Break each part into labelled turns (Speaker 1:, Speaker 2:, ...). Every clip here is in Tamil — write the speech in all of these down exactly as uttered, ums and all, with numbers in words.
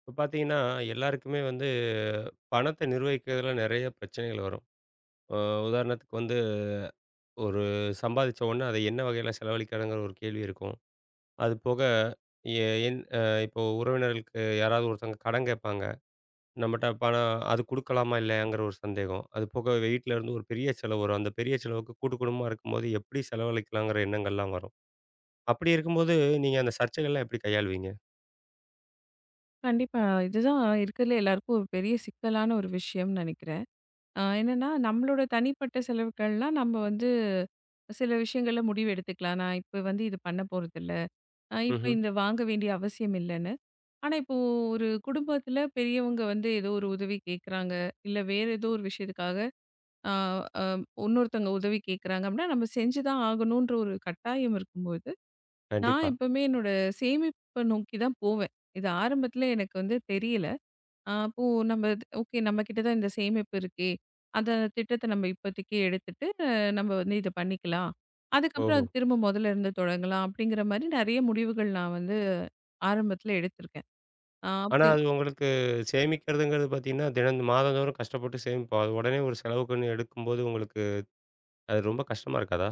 Speaker 1: இப்ப பார்த்தீங்கன்னா, எல்லாருக்குமே வந்து பணத்த நிர்வகிக்கிறதுல நெறைய பிரச்சனைகள் வரும். அ உதாரணத்துக்கு வந்து ஒரு சம்பாதிச்ச உடனே அத என்ன வகையில செலவழிக்கிறதுங்கிற ஒரு கேள்வி இருக்கும். அது போக எ என் அ இப்போ உறவினர்களுக்கு யாராவது ஒருத்தவங்க கடன் கேட்பாங்க. நம்மட்ட பணம் அது குடுக்கலாமா இல்லையாங்கிற ஒரு சந்தேகம். அது போக வீட்ல இருந்து ஒரு பெரிய செலவு வரும். அந்த பெரிய செலவுக்கு கூட்டு குடும்பமா இருக்கும்போது எப்படி செலவழிக்கலாங்கிற எண்ணங்கள்லாம் வரும். அப்படி இருக்கும்போது நீங்க அந்த சர்ச்சைகள்லாம் எப்படி கையாளுவீங்க?
Speaker 2: கண்டிப்பா. இதுதான் இருக்கிறதுல எல்லாருக்கும் ஒரு பெரிய சிக்கலான ஒரு விஷயம்னு நெனைக்கிறேன். அ என்னன்னா, நம்மளோட தனிப்பட்ட செலவுகள்லாம் நம்ம வந்து சில விஷயங்கள்ல முடிவு எடுத்துக்கலாம். நான் இப்ப வந்து இது பண்ண போறதில்ல. அ இப்ப
Speaker 1: ம்ஹ்ம்.
Speaker 2: இந்த வாங்க வேண்டிய அவசியம் இல்லன்னு. ஆனா, இப்போ ஒரு குடும்பத்தில பெரியவங்க வந்து ஏதோ ஒரு உதவி கேட்குறாங்க. இல்ல வேற ஏதோ ஒரு விஷயத்துக்காக அ அ இன்னொருத்தவங்க உதவி கேட்குறாங்க அப்படின்னா, நம்ம செஞ்சு தான் ஆகணுன்ற ஒரு கட்டாயம் இருக்கும்போது, நான்
Speaker 1: கண்டிப்பா.
Speaker 2: எப்பவுமே என்னோட சேமிப்ப நோக்கி தான் போவேன். இது ஆரம்பத்தில எனக்கு வந்து தெரியல. ஆ, அப்போ நம்ம ஓகே, நம்ம கிட்ட தான் இந்த சேமிப்பு இருக்கே. அந்த திட்டத்த நம்ம இப்போதைக்கு எடுத்துட்டு அஹ், நம்ம வந்து இத பண்ணிக்கலாம். அதுக்கப்புறம்
Speaker 1: ஓஹோ!
Speaker 2: அது திரும்ப முதல்ல இருந்து தொடங்கலாம் அப்படிங்கிற மாரி நெறைய முடிவுகள் நான் வந்து ஆரம்பத்துல எடுத்திருக்கேன். ஆ
Speaker 1: ஆனா,
Speaker 2: அப்படி
Speaker 1: அது உங்களுக்கு சேமிக்கிறதுங்கிறது பார்த்தீங்கன்னா, தினம் மாதந்தோறும் கஷ்டப்பட்டு சேமிப்போம். அது உடனே ஒரு செலவுக்குன்னு எடுக்கும்போது உங்களுக்கு அது ரொம்ப கஷ்டமா இருக்காதா?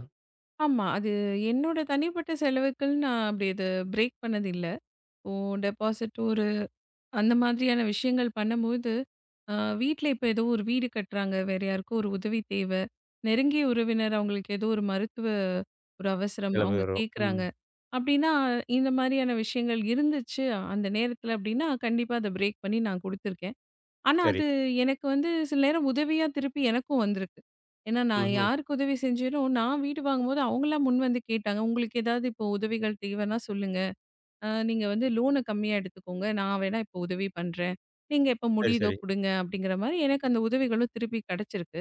Speaker 2: ஆமா. அது என்னோட தனிப்பட்ட செலவுக்குன்னு நான் அப்படி இது பிரேக் பண்ணது இல்ல. ஓ டெபாசிட் ஒரு அந்த மாதிரியான விஷயங்கள் பண்ணும்போது, அ வீட்ல இப்ப ஏதோ ஒரு வீடு கட்டுறாங்க, வேற யாருக்கோ ஒரு உதவி தேவை. நெருங்கிய உறவினர் அவங்களுக்கு ஏதோ ஒரு மருத்துவ ஒரு அவசரம்
Speaker 1: சில
Speaker 2: அவங்க
Speaker 1: பேர் வரும். ம்.
Speaker 2: கேட்குறாங்க. அப்படின்னா, இந்த மாதிரியான விஷயங்கள் இருந்துச்சு. அந்த நேரத்தில அப்படின்னா, கண்டிப்பா அத பிரேக் பண்ணி நான் குடுத்துருக்கேன். ஆனா,
Speaker 1: சரி.
Speaker 2: அது எனக்கு வந்து சில நேரம் உதவியா திருப்பி எனக்கும் வந்திருக்கு. ஏன்னா, நான்
Speaker 1: ம்ஹ்ம்.
Speaker 2: யாருக்கு உதவி செஞ்சேனோ, நான் வீடு வாங்கும்போது அவங்களா முன் வந்து கேட்டாங்க. "உங்களுக்கு ஏதாவது இப்போ உதவிகள் தேவைன்னா சொல்லுங்க. அ நீங்க வந்து லோன கம்மியா எடுத்துக்கோங்க. நான் வேணா இப்போ உதவி பண்றேன். நீங்க எப்ப
Speaker 1: சரி,
Speaker 2: முடியுதோ
Speaker 1: சரி.
Speaker 2: குடுங்க." அப்படிங்கிற மாரி எனக்கு அந்த உதவிகளும் திருப்பி கிடைச்சிருக்கு.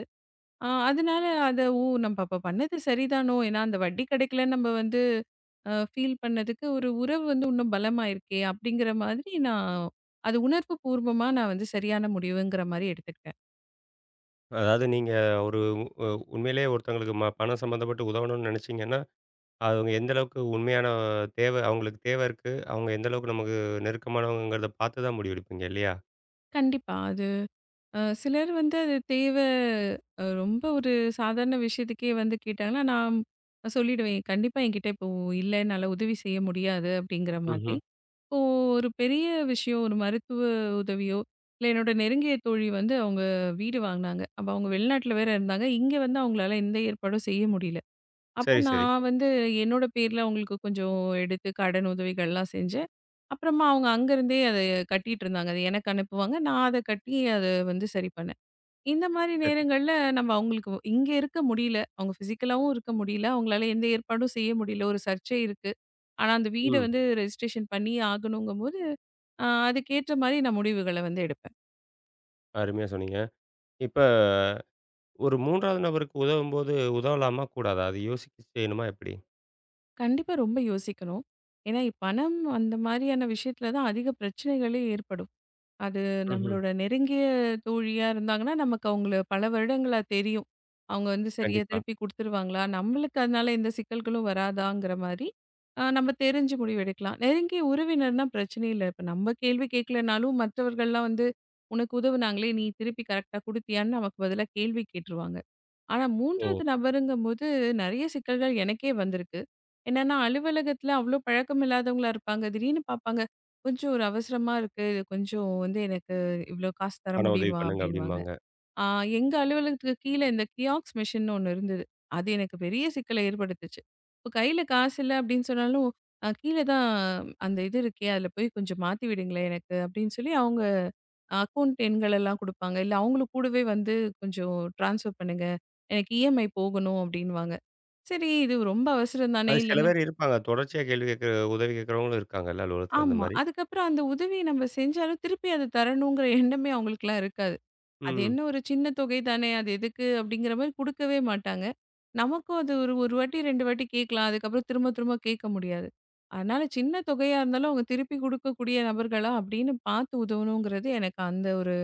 Speaker 2: அ அதனால அத ஓ! நம்ம அப்ப பண்ணது சரிதானோ! ஏன்னா அந்த வட்டி கிடைக்கலன்னு நம்ம வந்து அ ஃபீல் பண்ணதுக்கு ஒரு உறவு வந்து இன்னும் பலமாயிருக்கே அப்படிங்கிற மாதிரி, நான் அது உணர்வு பூர்வமா நான் வந்து சரியான முடிவுங்கிற மாரி எடுத்துக்கிட்டேன்.
Speaker 1: அதாவது நீங்க ஒரு உ உண்மையிலேயே ஒருத்தவங்களுக்கு ம பணம் சம்மந்தப்பட்டு உதவணும்னு நினைச்சீங்கன்னா, அவங்க எந்த அளவுக்கு உண்மையான தேவை அவங்களுக்கு தேவை இருக்கு, அவங்க எந்த அளவுக்கு நமக்கு நெருக்கமானவங்கங்கிறத பார்த்து தான் முடிவெடுப்பீங்க இல்லையா?
Speaker 2: கண்டிப்பா. அது அ சிலர் வந்து அது தேவ அ ரொம்ப ஒரு சாதாரண விஷயத்துக்கே வந்து கேட்டாங்கன்னா, நான் சொல்லிடுவேன். கண்டிப்பா என்கிட்ட இப்போ இல்ல, என்னால உதவி செய்ய முடியாது அப்படிங்கிற மாதிரி.
Speaker 1: ம்ஹ்ம்.
Speaker 2: இப்போ ஒரு பெரிய விஷயம், ஒரு மருத்துவ உதவியோ, இல்ல என்னோட நெருங்கிய தோழி வந்து அவங்க வீடு வாங்குனாங்க. அப்ப அவங்க வெளிநாட்டுல வேற இருந்தாங்க. இங்க வந்து அவங்களால எந்த ஏற்பாடும் செய்ய முடியல. அப்போ
Speaker 1: சரி, சரி.
Speaker 2: நான் வந்து என்னோட பேர்ல அவங்களுக்கு கொஞ்சம் எடுத்து கடன் உதவிகள்லாம் செஞ்சேன். அப்புறமா அவங்க அங்கருந்தே அத கட்டிட்டு இருந்தாங்க. அத எனக்கு அனுப்புவாங்க. நான் அத கட்டி அத வந்து சரி பண்ணேன். இந்த மாரி
Speaker 1: சரி.
Speaker 2: நேரங்கள்ல நம்ம அவங்களுக்கு இங்க இருக்க முடியல. அவங்க பிசிக்கலாவும் இருக்க முடியல. அவங்களால எந்த ஏற்பாடும் செய்ய முடியல. ஒரு சர்ச்சை இருக்கு. ஆனா அந்த வீட
Speaker 1: ம்.
Speaker 2: வந்து ரெஜிஸ்ட்ரேஷன் பண்ணியே ஆகணுங்கும்போது, அ அதுக்கேற்ற மாரி நான் முடிவுகள வந்து எடுப்பேன்.
Speaker 1: அருமையா சொன்னீங்க. இப்ப ஒரு 3வது நபருக்கு உதவும்போது உதவலாமா? கூடாதா? அது யோசிச்சு செய்யணுமா எப்படி?
Speaker 2: கண்டிப்பா ரொம்ப யோசிக்கணும். ஏன்னா, பணம் அந்த மாரியான விஷயத்துல தான் அதிக பிரச்சனைகளே ஏற்படும். அது
Speaker 1: ம்ஹ்ம்.
Speaker 2: நம்மளோட நெருங்கிய தோழியா இருந்தாங்கன்னா, நமக்கு அவங்கள பல வருடங்களா தெரியும். அவங்க வந்து சரியா
Speaker 1: கண்டிப்பா.
Speaker 2: திருப்பி குடுத்துருவாங்களா? நம்மளுக்கு அதனால எந்த சிக்கல்களும் வராதாங்கிற மாரி, அ நம்ம தெரிஞ்சு முடிவெடுக்கலாம். நெருங்கிய உறவினர்னா பிரச்சனை இல்ல. இப்ப நம்ம கேள்வி கேட்கலனாலும் மற்றவர்கள்லாம் வந்து, "உனக்கு உதவுனாங்களே! நீ திருப்பி கரெக்ட்டா குடுத்தியான்னு?" நமக்கு பதிலா கேள்வி கேட்டுருவாங்க. ஆனா
Speaker 1: ஓ!
Speaker 2: 3வது நபருங்கும்போது நெறைய சிக்கல்கள் எனக்கே வந்திருக்கு. என்னன்னா அலுவலகத்துல அவ்ளோ பழக்கம் இல்லாதவங்களா இருப்பாங்க. திடீர்னு பார்ப்பாங்க. "கொஞ்சம் ஒரு அவசரமா இருக்கு. இது கொஞ்சம் வந்து எனக்கு இவ்ளோ காசு தர
Speaker 1: பண உதவி
Speaker 2: முடியுமா?"
Speaker 1: பண்ணுங்க
Speaker 2: அப்படின்னுவாங்க.
Speaker 1: அப்படிம்பாங்க.
Speaker 2: ஆ எங்க அலுவலகத்துக்கு கீழ இந்த கியாக்ஸ் மிஷின்னு ஒண்ணு இருந்தது. அது எனக்கு பெரிய சிக்கல ஏற்படுத்துச்சு. இப்போ கையில காசு இல்ல அப்படின்னு சொன்னாலும், "அ கீழ தான் அந்த இது இருக்கே, அதுல போய் கொஞ்சம் மாத்தி விடுங்களேன் எனக்கு" அப்படின்னு சொல்லி அவங்க அக்கவுண்ட் எண்கள் எல்லாம் குடுப்பாங்க. இல்ல அவங்களும் கூடவே வந்து கொஞ்சம் ட்ரான்ஸ்ஃபர் பண்ணுங்க. எனக்கு இஎம்ஐ போகணும் அப்டின்னுவாங்க. சரி இது ரொம்ப அவசரம் தானே
Speaker 1: அது சில
Speaker 2: இல்லன்னா
Speaker 1: பேர் இருப்பாங்க. தொடர்ச்சியா கேள்வி கேட்கிற உதவி கேட்கிறவங்களும் இருக்காங்கல்ல அலுவலகத்துல அந்த
Speaker 2: ஆமா.
Speaker 1: மாரி.
Speaker 2: அதுக்கப்புறம் அந்த உதவிய நம்ம செஞ்சாலும் திருப்பி அத தரணுங்கிற எண்ணமே அவங்களுக்கெல்லாம் இருக்காது. அது
Speaker 1: ம்.
Speaker 2: என்ன ஒரு சின்ன தொகை தானே அது எதுக்கு அப்படிங்கிற மாரி குடுக்கவே மாட்டாங்க. நமக்கும் அது ஒரு 1 வாட்டி ரெண்டு வாட்டி கேட்கலாம். அதுக்கப்புறம் திரும்ப திரும்ப கேட்க முடியாது. அதனால சின்ன தொகையா இருந்தாலும் அவங்க திருப்பி குடுக்கக்கூடிய நபர்களா அப்படின்னு பார்த்து உதவணுங்கிறது எனக்கு அந்த ஒரு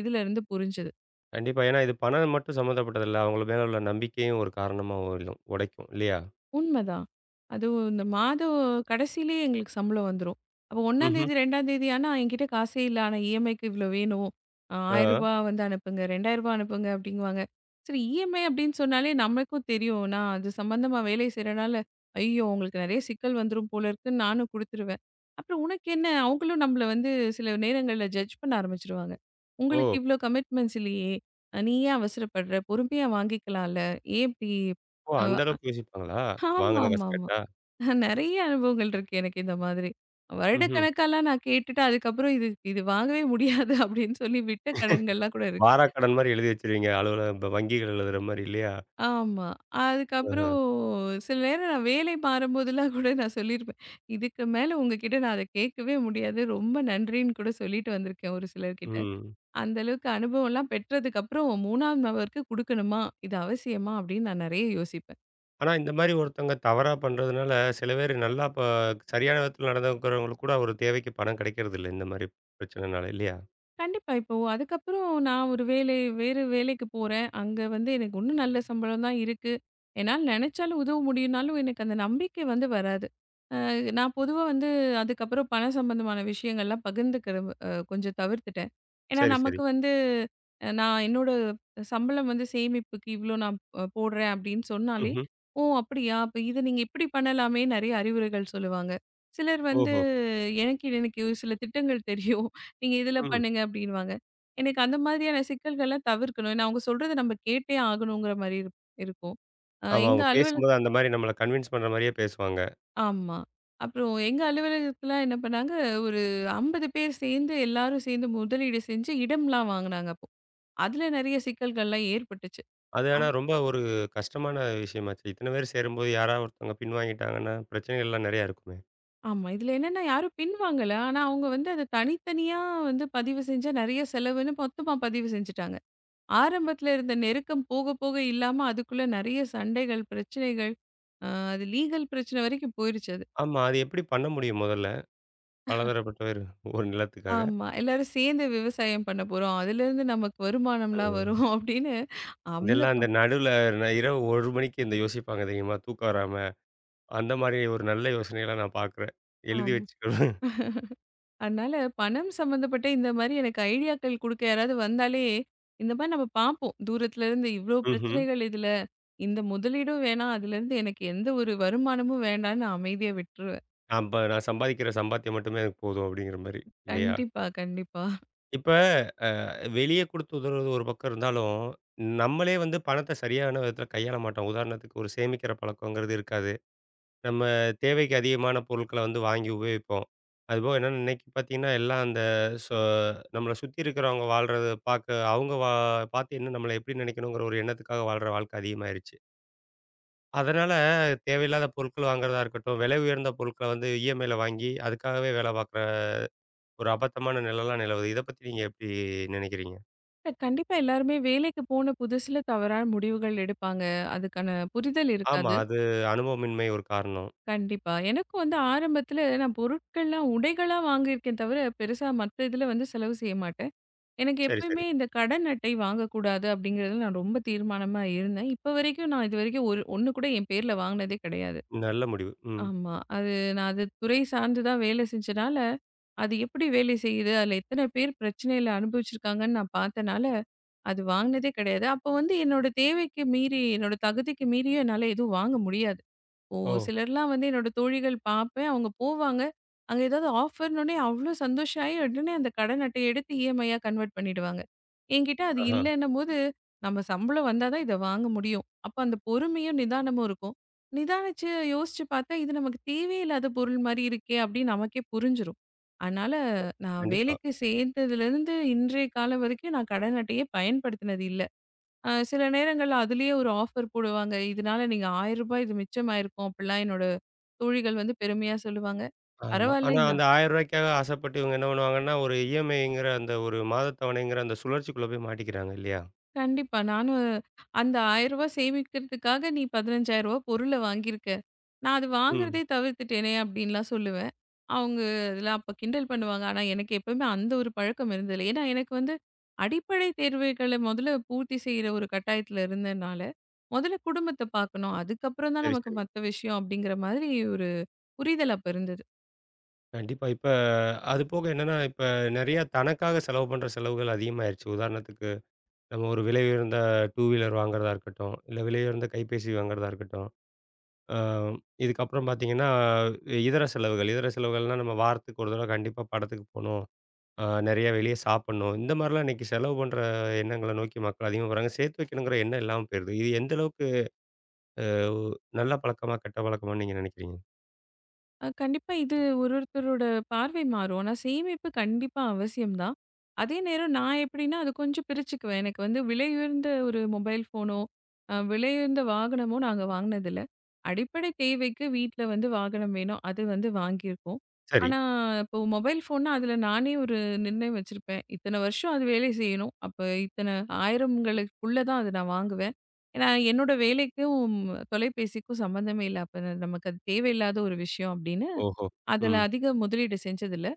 Speaker 2: இதுல இருந்து புரிஞ்சது.
Speaker 1: கண்டிப்பா. ஏன்னா இது பணம் மட்டும் சம்மந்தப்பட்டதில்ல. அவங்க மேல உள்ள நம்பிக்கையும் ஒரு காரணமா உள்ள உடைக்கும் இல்லையா?
Speaker 2: உண்மதான். அதுவும் இந்த மாதம் கடைசியிலயே எங்களுக்கு சம்பளம் வந்துரும். அப்போ ஒன்றாம்
Speaker 1: ம்ஹ்ம்.
Speaker 2: தேதி, இரண்டாம் தேதி ஆனா என்கிட்ட காசே இல்ல. ஆனா இஎம்ஐக்கு இவ்ளோ வேணும். அ ரூ.
Speaker 1: ஆ.
Speaker 2: ஆயிரம் வந்து அனுப்புங்க. ரூ. ரெண்டாயிரம் அனுப்புங்க அப்படிங்குவாங்க. சரி இஎம்ஐ அப்படின்னு சொன்னாலே நமக்கும் தெரியும். நான் அது சம்பந்தமா வேலை செய்றனால, ஐயோ! உங்களுக்கு நெறைய சிக்கல் வந்துரும் போல இருக்குன்னு நானும் குடுத்துருவேன். அப்புறம் உனக்கு என்ன? அவங்களும் நம்மள வந்து சில நேரங்கள்ல ஜட்ஜ் பண்ண ஆரம்பிச்சுருவாங்க. உங்களுக்கு
Speaker 1: ஓ!
Speaker 2: இவ்ளோ கமிட்மெண்ட்ஸ் இல்லையே! அ நீ ஏன் அவசரப்படுற? பொறுமையா வாங்கிக்கலாம்ல. ஏன் இப்படி
Speaker 1: ஓ! அந்த
Speaker 2: அ
Speaker 1: அளவுக்கு யோசிப்பாங்களா? வாங்குன காசு
Speaker 2: ஆமாமாமா.
Speaker 1: கேட்டா?
Speaker 2: நெறைய அனுபவங்கள் இருக்கு எனக்கு இந்த மாதிரி.
Speaker 1: ம்ஹ்ம்.
Speaker 2: வருடக்கணக்காலாம் நான் கேட்டுட்டு அதுக்கப்புறம் இது இது வாங்கவே முடியாது அப்படின்னு சொல்லி விட்ட கடன்கள்லாம் கூட இருக்கு.
Speaker 1: வாராக்கடன் மாரி எழுதி வச்சுருவீங்க. அலுவலக வங்கிகள் எழுதுற மாரி இல்லையா?
Speaker 2: ஆமா.
Speaker 1: ஆஹ.
Speaker 2: அதுக்கப்புறம் சில நேரம் நான் வேலை மாறும்போதெல்லாம் கூட நான் சொல்லியிருப்பேன். இதுக்கு மேல உங்ககிட்ட நான் அத கேட்கவே முடியாது. ரொம்ப நன்றின்னு கூட சொல்லிட்டு வந்திருக்கேன் ஒரு சிலர்கிட்ட.
Speaker 1: ம்.
Speaker 2: அந்த அளவுக்கு அனுபவம்லாம் பெற்றதுக்கப்புறம் 3வது நபருக்கு குடுக்கணுமா? இது அவசியமா? அப்படின்னு நான் நெறைய யோசிப்பேன்.
Speaker 1: ஆனா, இந்த மாரி ஒருத்தவங்க தவறா பண்றதுனால, சில பேரு நல்லா இப்ப சரியான விதத்துல நடந்துக்கிறவங்களுக்கு கூட ஒரு தேவைக்கு பணம் கிடைக்கிறதில்ல. இந்த மாரி பிரச்சனைனால இல்லையா?
Speaker 2: கண்டிப்பா. இப்போ அதுக்கப்புறம் நான் ஒரு வேலை வேறு வேலைக்கு போறேன். அங்க வந்து எனக்கு இன்னும் நல்ல சம்பளம் தான் இருக்கு. என்னால நெனச்சாலும் உதவ முடியும்னாலும் எனக்கு அந்த நம்பிக்கை வந்து வராது. நான் பொதுவா வந்து அதுக்கப்புறம் பண சம்பந்தமான விஷயங்கள்லாம் பகிர்ந்துக்கிறது அ, கொஞ்சம் தவிர்த்துட்டேன். ஏன்னா
Speaker 1: சரி, சரி.
Speaker 2: நமக்கு வந்து அ, நான் என்னோட சம்பளம் வந்து சேமிப்புக்கு இவ்ளோ நான் அ, போடுறேன் அப்படின்னு சொன்னாலே,
Speaker 1: ம்ஹ்ம்.
Speaker 2: "ஓ! அப்படியா? அப்ப இத நீங்க இப்படி பண்ணலாமே" நெறைய அறிவுரைகள் சொல்லுவாங்க. சிலர் வந்து
Speaker 1: ஓஹோ!
Speaker 2: எனக்கு இது- எனக்கு சில திட்டங்கள் தெரியும். நீங்க இதுல
Speaker 1: ம்.
Speaker 2: பண்ணுங்க அப்படின்னுவாங்க. எனக்கு அந்த மாதிரியான சிக்கல்கள்லாம் தவிர்க்கணும். ஏன்னா அவங்க சொல்றத நம்ம கேட்டே ஆகணுங்கிற மாரி இருக் இருக்கும். அ
Speaker 1: ஆமா.
Speaker 2: எங்க
Speaker 1: அவங்க பேசும்போது
Speaker 2: அலுவலகத்துல
Speaker 1: அந்த மாரி நம்மள கன்வின்ஸ் பண்ற மாரியே பேசுவாங்க.
Speaker 2: ஆமா. அப்புறம் எங்க அலுவலகத்தில என்ன பண்ணாங்க, ஒரு ஐம்பது பேர் சேர்ந்து, எல்லாரும் சேர்ந்து முதலீடு செஞ்சு இடம்லாம் வாங்குனாங்க அப்போ. அதில நெறைய சிக்கல்கள்லாம் ஏற்பட்டுச்சு.
Speaker 1: அது
Speaker 2: ஆ.
Speaker 1: ஆனா ரொம்ப ஒரு கஷ்டமான விஷயமாச்சே. இத்தன பேர் சேரும்போது யாரா ஒருத்தவங்க பின்வாங்கிட்டாங்கன்னா, பிரச்சனைகள்லாம் நெறையா இருக்குமே.
Speaker 2: ஆமா. இதில என்னன்னா யாரும் பின்வாங்கல. ஆனா அவங்க வந்து அத தனித்தனியா வந்து பதிவு செஞ்சா நெறைய செலவுன்னு மொத்தமா பதிவு செஞ்சுட்டாங்க. ஆரம்பத்தில இருந்த நெருக்கம் போக போக இல்லாம அதுக்குள்ள நெறைய சண்டைகள், பிரச்சனைகள், அ அது லீகல் பிரச்சனை வரைக்கும் போயிருச்சு அது.
Speaker 1: ஆமா. அது எப்படி பண்ண முடியும் முதல்ல? பலதரப்பட்டவர் ஒரு நிலத்துக்காக.
Speaker 2: ஆமா. எல்லாரும் சேர்ந்து விவசாயம் பண்ண போறோம். அதிலேருந்து நமக்கு வருமானம்லாம்
Speaker 1: ம்.
Speaker 2: வரும் அப்படின்னு அந்த
Speaker 1: இதெல்லாம் இந்த நடுவுல ந இரவு ஒரு மணிக்கு இந்த யோசிப்பாங்க தெரியுமா? தூக்கம் வராம. அந்த மாரி ஒரு நல்ல யோசனைகள நான் பார்க்குறேன். எழுதி
Speaker 2: ஆமா.
Speaker 1: வச்சுக்கணும்.
Speaker 2: அதனால பணம் சம்மந்தப்பட்ட இந்த மாரி எனக்கு ஐடியாக்கள் குடுக்க யாராவது வந்தாலே, இந்த மாரி நம்ம பார்ப்போம். தூரத்துல இருந்து இவ்ளோ
Speaker 1: ம்ஹ்ம்.
Speaker 2: பிரச்சனைகள் இதுல. இந்த முதலீடும் வேணாம். அதுலேருந்து எனக்கு எந்த ஒரு வருமானமும் வேண்டான்னு நான் அமைதியா விட்டுருவேன்.
Speaker 1: அப்ப நான் சம்பாதிக்கிற சம்பாத்தியம் மட்டுமே எனக்கு போதும் அப்படிங்கிற மாரி இல்லையா?
Speaker 2: கண்டிப்பா, கண்டிப்பா.
Speaker 1: இப்ப வெளிய குடுத்து உதவுறது ஒரு பக்கம் இருந்தாலும், நம்மளே வந்து பணத்த சரியான விதத்துல கையாள மாட்டோம். உதாரணத்துக்கு ஒரு சேமிக்கிற பழக்கங்கிறது இருக்காது. நம்ம தேவைக்கு அதிகமான பொருட்கள வந்து வாங்கி உபயோகிப்போம். அதுபோக என்னன்னா இன்னைக்கு பார்த்தீங்கன்னா, எல்லாம் அந்த சொ நம்மள சுத்தி இருக்கிறவங்க வாழ்றத பார்க்க அவங்க வா பார்த்து இன்னும் நம்மள எப்படி நினைக்கணுங்கிற ஒரு எண்ணத்துக்காக வாழ்ற வாழ்க்கை அதிகமாயிருச்சு. அதனால தேவையில்லாத பொருட்கள் வாங்குறதா இருக்கட்டும், விலை உயர்ந்த பொருட்கள வந்து இஎம்ஐல வாங்கி, அதுக்காகவே வேலை பார்க்குற ஒரு அபத்தமான நிலைலாம் நிலவுது. இத பத்தி நீங்க எப்படி நினைக்கிறீங்க?
Speaker 2: இல்ல, கண்டிப்பா எல்லாருமே வேலைக்கு போன புதுசுல தவறான முடிவுகள் எடுப்பாங்க. அதுக்கான புரிதல்
Speaker 1: ஆமா,
Speaker 2: இருக்காது.
Speaker 1: அது அனுபவமின்மை ஒரு காரணம்.
Speaker 2: கண்டிப்பா. எனக்கும் வந்து ஆரம்பத்துல நான் பொருட்கள்லாம் உடைகளா வாங்கியிருக்கேன் தவிர, பெருசா மத்த இதுல வந்து செலவு செய்ய மாட்டேன். எனக்கு
Speaker 1: சரி, சரி.
Speaker 2: எப்பயுமே இந்த கடன் அட்டை வாங்கக்கூடாது அப்படிங்கிறதுல நான் ரொம்ப தீர்மானமா இருந்தேன். இப்ப வரைக்கும் நான் இதுவரைக்கும் ஒரு ஒன்று கூட என் பேர்ல வாங்குனதே கிடையாது.
Speaker 1: நல்ல முடிவு. ம்.
Speaker 2: ஆமா. அது நான் அது துறை சார்ந்து தான் வேலை செஞ்சனால, அது எப்படி வேலை செய்யுது? அதுல எத்தன பேர் பிரச்சனையில அனுபவிச்சிருக்காங்கன்னு நான் பார்த்தனால, அது வாங்குனதே கிடையாது. அப்போ வந்து என்னோட தேவைக்கு மீறி, என்னோட தகுதிக்கு மீறியும் என்னால எதுவும் வாங்க முடியாது. ஓ!
Speaker 1: ஓ!
Speaker 2: சிலர்லாம் வந்து என்னோட தோழிகள் பார்ப்பேன். அவங்க போவாங்க. அங்க ஏதாவது ஆஃபர்னோனே அவ்ளோ சந்தோஷம் ஆயி உடனே அந்த கடன் அட்டைய எடுத்து இஎம்ஐயா கன்வெர்ட் பண்ணிடுவாங்க. என்கிட்ட அது
Speaker 1: ஆஹா.
Speaker 2: இல்லன்னும்போது, நம்ம சம்பளம் வந்தா தான் இத வாங்க முடியும். அப்ப அந்த பொறுமையும், நிதானமும் இருக்கும். நிதானிச்சு யோசிச்சு பார்த்தா, இது நமக்கு தேவையே இல்லாத பொருள் மாரி இருக்கே! அப்படின்னு நமக்கே புரிஞ்சிரும். அதனால நான்
Speaker 1: கண்டிப்பா.
Speaker 2: வேலைக்கு சேர்ந்ததுலேருந்து இன்றைய காலம் வரைக்கும் நான் கடன் அட்டையே பயன்படுத்தினது இல்ல. அ சில நேரங்கள்ல அதிலேயே ஒரு ஆஃபர் போடுவாங்க. இதனால நீங்க ரூ. ஆயிரம் இது மிச்சமாயிருக்கும். அப்டிலாம் என்னோட தோழிகள் வந்து பெருமையா சொல்லுவாங்க.
Speaker 1: ஆமா.
Speaker 2: பரவால்ல
Speaker 1: ஆனா
Speaker 2: இந்த
Speaker 1: அந்த ரூ. 1000க்காக ஆசைப்பட்டு இவங்க என்ன பண்ணுவாங்கன்னா, ஒரு இஎம்ஐங்கிற அந்த ஒரு மாதத் தவணைங்கிற அந்த சுழற்சிக்குள்ள போய் மாட்டிக்கிறாங்க இல்லையா?
Speaker 2: கண்டிப்பா. நானும் அந்த ரூ. ஆயிரம் சேமிக்கிறதுக்காக நீ ரூ. பதினைஞ்சாயிரம் பொருள வாங்கியிருக்க. நான் அது
Speaker 1: ம்.
Speaker 2: வாங்குறதே தவிர்த்துட்டேனே அப்டின்லாம் சொல்லுவேன். அவங்க இதெல்லாம் அப்ப கிண்டல் பண்ணுவாங்க. ஆனா எனக்கு எப்பவுமே அந்த ஒரு பழக்கம் இருந்ததில்ல. ஏன்னா எனக்கு வந்து அடிப்படை தேர்வுகள முதல்ல பூர்த்தி செய்ற ஒரு கட்டாயத்துல இருந்தனால, முதல்ல குடும்பத்த பார்க்கணும். அதுக்கப்புறம் தான்
Speaker 1: சரி,
Speaker 2: நமக்கு
Speaker 1: சரி.
Speaker 2: மத்த விஷயம் அப்டிங்கிற மாதிரி ஒரு புரிதல் அப்ப இருந்தது.
Speaker 1: கண்டிப்பா. இப்ப அது போக என்னன்னா, இப்ப நெறைய தனக்காக செலவு பண்ற செலவுகள் அதிகமாயிருச்சு. உதாரணத்துக்கு நம்ம ஒரு விலை உயர்ந்த டூ வீலர் வாங்குறதா இருக்கட்டும், இல்ல விலை உயர்ந்த கைபேசி வாங்குறதா இருக்கட்டும். அ இதுக்கப்புறம் பார்த்தீங்கன்னா, இதர செலவுகள். இதர செலவுகள்னா நம்ம வாரத்துக்கு ஒரு தடவ கண்டிப்பா படத்துக்கு போணும். அ நெறைய வெளிய சாப்பிடணும். இந்த மாரிலாம் இன்னைக்கு செலவு பண்ற எண்ணங்கள நோக்கி மக்கள் அதிகமா போறாங்க. சேர்த்து வைக்கணுங்கிற எண்ணம் இல்லாம போயிருது. இது எந்த அளவுக்கு நல்ல பழக்கமா, கெட்ட பழக்கமான்னு நீங்க நெனைக்கிறீங்க?
Speaker 2: அ கண்டிப்பா இது ஒரு ஒருத்தரோட பார்வை மாறும். ஆனா சேமிப்பு கண்டிப்பா அவசியம் தான். அதே நேரம் நான் எப்படின்னா, அது கொஞ்சம் பிரிச்சுக்குவேன். எனக்கு வந்து விலை உயர்ந்த ஒரு மொபைல் ஃபோனோ, அ விலை உயர்ந்த வாகனமோ நாங்க வாங்குனதில்ல. அடிப்படை தேவைக்கு வீட்ல வந்து வாகனம் வேணும். அது வந்து வாங்கியிருக்கோம்.
Speaker 1: சரி.
Speaker 2: ஆனா இப்போ மொபைல் ஃபோன்னா அதில நானே ஒரு நிர்ணயம் வச்சிருப்பேன். இத்தன வருஷம் அது வேலை செய்யணும். அப்ப இத்தன ஆயிரங்களுக்குள்ள தான் அத நான் வாங்குவேன். ஏன்னா, என்னோட வேலைக்கும் தொலைபேசிக்கும் சம்மந்தமே இல்ல. அப்ப நமக்கு அது தேவையில்லாத ஒரு விஷயம் அப்படின்னு,
Speaker 1: ஓஹோ!
Speaker 2: அதுல
Speaker 1: ம்.
Speaker 2: அதிக முதலீடு செஞ்சதில்ல.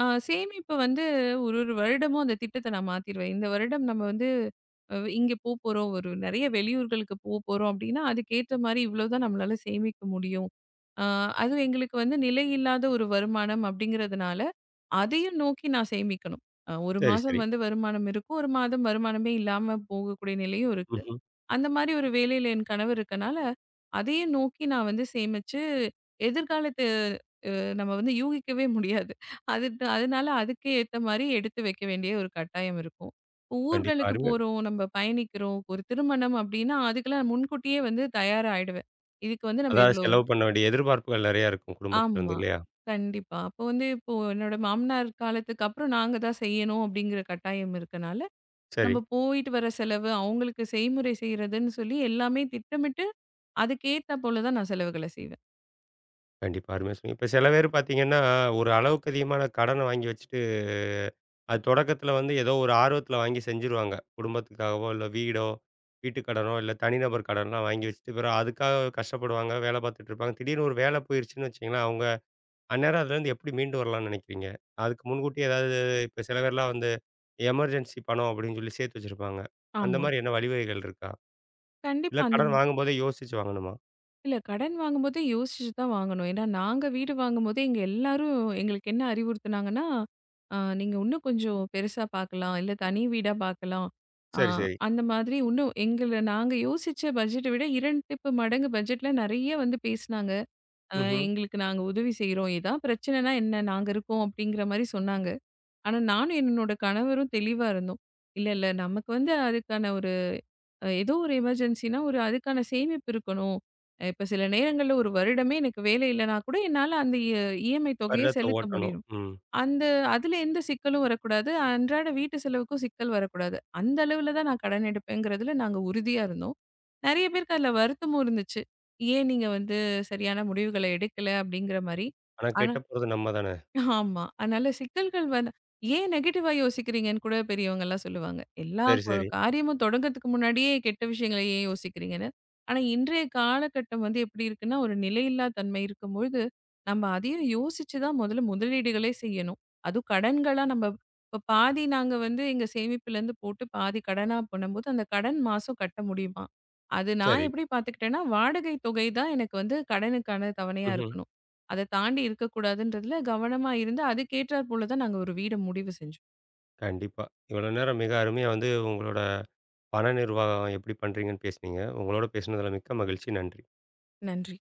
Speaker 2: அ சேமிப்பு வந்து ஒரு ஒரு வருடமும் அந்த திட்டத்த நான் மாத்திருவேன். இந்த வருடம் நம்ம வந்து அ இங்க போப்போறோம், ஒரு நெறைய வெளியூர்களுக்கு போப்போறோம் அப்படின்னா, அதுக்கேத்த மாரி இவ்வளோதான் நம்மளால சேமிக்க முடியும். அ அதுவும் எங்களுக்கு வந்து நிலையில்லாத ஒரு வருமானம் அப்படிங்கிறதுனால, அதையும் நோக்கி நான் சேமிக்கணும். அ ஒரு
Speaker 1: சரி, சரி.
Speaker 2: மாசம் வந்து வருமானம் இருக்கும். ஒரு மாதம் வருமானமே இல்லாம போகக்கூடிய நிலையும் இருக்கு.
Speaker 1: ம்ஹ்ம்.
Speaker 2: அந்த மாரி ஒரு வேலையில என் கணவர் இருக்கனால, அதையும் நோக்கி நான் வந்து சேமிச்சு, எதிர்காலத்து நம்ம வந்து யூகிக்கவே முடியாது. அதுக்கு அதனால அதுக்கு ஏத்த மாரி எடுத்து வைக்க வேண்டிய ஒரு கட்டாயம் இருக்கும். இப்போ
Speaker 1: கண்டிப்பா.
Speaker 2: ஊர்களுக்கு
Speaker 1: அருமையா.
Speaker 2: போறோம், நம்ம பயணிக்கிறோம், ஒரு திருமணம் அப்டின்னா, அதுக்கெல்லாம் முன்கூட்டியே வந்து தயாராயிடுவேன். இதுக்கு வந்து நம்ம
Speaker 1: அதாவது
Speaker 2: இவ்ளோ
Speaker 1: செலவு பண்ண வேண்டிய எதிர்பார்ப்புகள் நெறையா இருக்கும் குடும்பத்திலருந்து
Speaker 2: ஆமா.
Speaker 1: இல்லையா?
Speaker 2: கண்டிப்பா. அப்போ வந்து இப்போ என்னோட மாமனார் காலத்துக்கு அப்புறம் நாங்க தான் செய்யணும் அப்டிங்கிற கட்டாயம் இருக்கனால,
Speaker 1: சரி.
Speaker 2: நம்ம போயிட்டு வர செலவு, அவங்களுக்கு செய்முறை செய்றதுன்னு சொல்லி எல்லாமே திட்டமிட்டு அதுக்கேத்தா போல தான் நான் செலவுகள செய்வேன்.
Speaker 1: கண்டிப்பா. அருமையா சொன்னீங்க. இப்ப சில பேர் பார்த்தீங்கன்னா, ஒரு அளவுக்கு அதிகமான கடன வாங்கி வச்சுட்டு, அது தொடக்கத்தில வந்து ஏதோ ஒரு ஆர்வத்தில வாங்கி செஞ்சுருவாங்க. குடும்பத்துக்காகவோ, இல்ல வீடோ, வீட்டு கடனோ, இல்ல தனிநபர் கடன்லாம் வாங்கி வச்சுட்டு, பிறகு அதுக்காக கஷ்டப்படுவாங்க. வேலை பார்த்துட்டு இருப்பாங்க. திடீர்னு ஒரு வேலை போயிருச்சுன்னு வச்சுக்கங்களேன், அவங்க அந்நேரம் அதுலேருந்து எப்படி மீண்டு வரலாம்ன்னு நினைக்கிறீங்க? அதுக்கு முன்கூட்டியே ஏதாவது இப்ப சில பேர்லாம் வந்து எமர்ஜென்சி பணம் அப்படின்னு சொல்லி சேர்த்து வச்சிருப்பாங்க. அந்த
Speaker 2: ஆமா.
Speaker 1: மாரி என்ன வழிவகைகள் இருக்கா? இல்ல
Speaker 2: கண்டிப்பா. அந்த
Speaker 1: கடன்
Speaker 2: ம-
Speaker 1: வாங்கும்போதே யோசிச்சு வாங்கணுமா?
Speaker 2: இல்ல கடன் வாங்கும்போதே யோசிச்சு தான் வாங்கணும். ஏன்னா நாங்க வீடு வாங்கும்போதே எங்க எல்லாரும் எங்களுக்கு என்ன அறிவுறுத்துனாங்கன்னா, "அ நீங்க இன்னும் கொஞ்சம் பெருசா பார்க்கலாம். இல்ல தனி வீடா பார்க்கலாம்." அ
Speaker 1: சரி, சரி.
Speaker 2: அந்த மாதிரி இன்னும் எங்கள நாங்க யோசிச்ச பட்ஜெட்ட விட இரண்டு மடங்கு பட்ஜெட்ல நெறைய வந்து பேசினாங்க. அ
Speaker 1: ம்ஹ்ம்.
Speaker 2: எங்களுக்கு நாங்க உதவி செய்றோம். இதான் பிரச்சனைனா என்ன? நாங்க இருக்கோம் அப்படிங்கிற மாரி சொன்னாங்க. ஆனா நானும் என்னோட கணவரும் தெளிவா இருந்தோம். இல்ல, இல்ல நமக்கு வந்து அதுக்கான ஒரு அ ஏதோ ஒரு எமர்ஜென்சின்னா, ஒரு அதுக்கான சேமிப்பு இருக்கணும். அ இப்ப சில நேரங்கள்ல 1 வருடமே எனக்கு வேலை இல்லன்னா கூட, என்னால அந்த இ இஎம்ஐ தொகைய
Speaker 1: வருடத்த
Speaker 2: செலுத்த
Speaker 1: ஓட்டணும்.
Speaker 2: முடியணும்.
Speaker 1: ம்.
Speaker 2: அந்த அதுல எந்த சிக்கலும் வரக்கூடாது. அன்றாட வீட்டு செலவுக்கும் சிக்கல் வரக்கூடாது. அந்த அளவுல தான் நான் கடன் எடுப்பேங்கிறதுல நாங்க உறுதியா இருந்தோம். நெறைய பேருக்கு அதுல வருத்தமும் இருந்துச்சு. "ஏன் நீங்க வந்து சரியான முடிவுகள எடுக்கல?" அப்படிங்கிற மாரி.
Speaker 1: ஆனா
Speaker 2: ஆனா
Speaker 1: கெட்டப் போறது நம்ம தான.
Speaker 2: ஆமா. அதனால சிக்கல்கள் வந்து ஏன் நெகட்டிவா யோசிக்கிறீங்கன்னு கூட பெரியவங்கலாம் சொல்லுவாங்க. எல்லா
Speaker 1: சரி,
Speaker 2: கொ
Speaker 1: சரி,
Speaker 2: காரியமும் தொடங்கறதுக்கு முன்னாடியே கெட்ட விஷயங்கள ஏன் யோசிக்கிறீங்கன்னு. ஆனா, இன்றைய காலகட்டம் வந்து எப்படி இருக்குன்னா, ஒரு நிலையில்லா தன்மை இருக்கும்பொழுது, நம்ம அதையும் யோசிச்சு தான் முதல்ல முதலீடுகளே செய்யணும். அதுவும் கடன்களா நம்ம இப்ப பாதி நாங்க வந்து எங்க சேமிப்புலேருந்து போட்டு பாதி கடனா பண்ணும்போது, அந்த கடன் மாசம் கட்ட முடியுமா? அது நான்
Speaker 1: சரி.
Speaker 2: எப்படி பார்த்துக்கிட்டேன்னா, வாடகை தொகை தான் எனக்கு வந்து கடனுக்கான தவணையா
Speaker 1: ம்ஹ்ம்.
Speaker 2: இருக்கணும். அத தாண்டி இருக்கக்கூடாதுன்றதுல கவனமா இருந்து அதுக்கேற்றார் போல தான் நாங்க ஒரு வீட முடிவு செஞ்சோம்.
Speaker 1: கண்டிப்பா. இவ்வளோ நேரம் மிக அருமையா வந்து உங்களோட பண நிர்வாகம் எப்படி பண்றீங்கன்னு பேசுனீங்க. உங்களோட பேசுனதுல மிக்க மகிழ்ச்சி. நன்றி.
Speaker 2: நன்றி.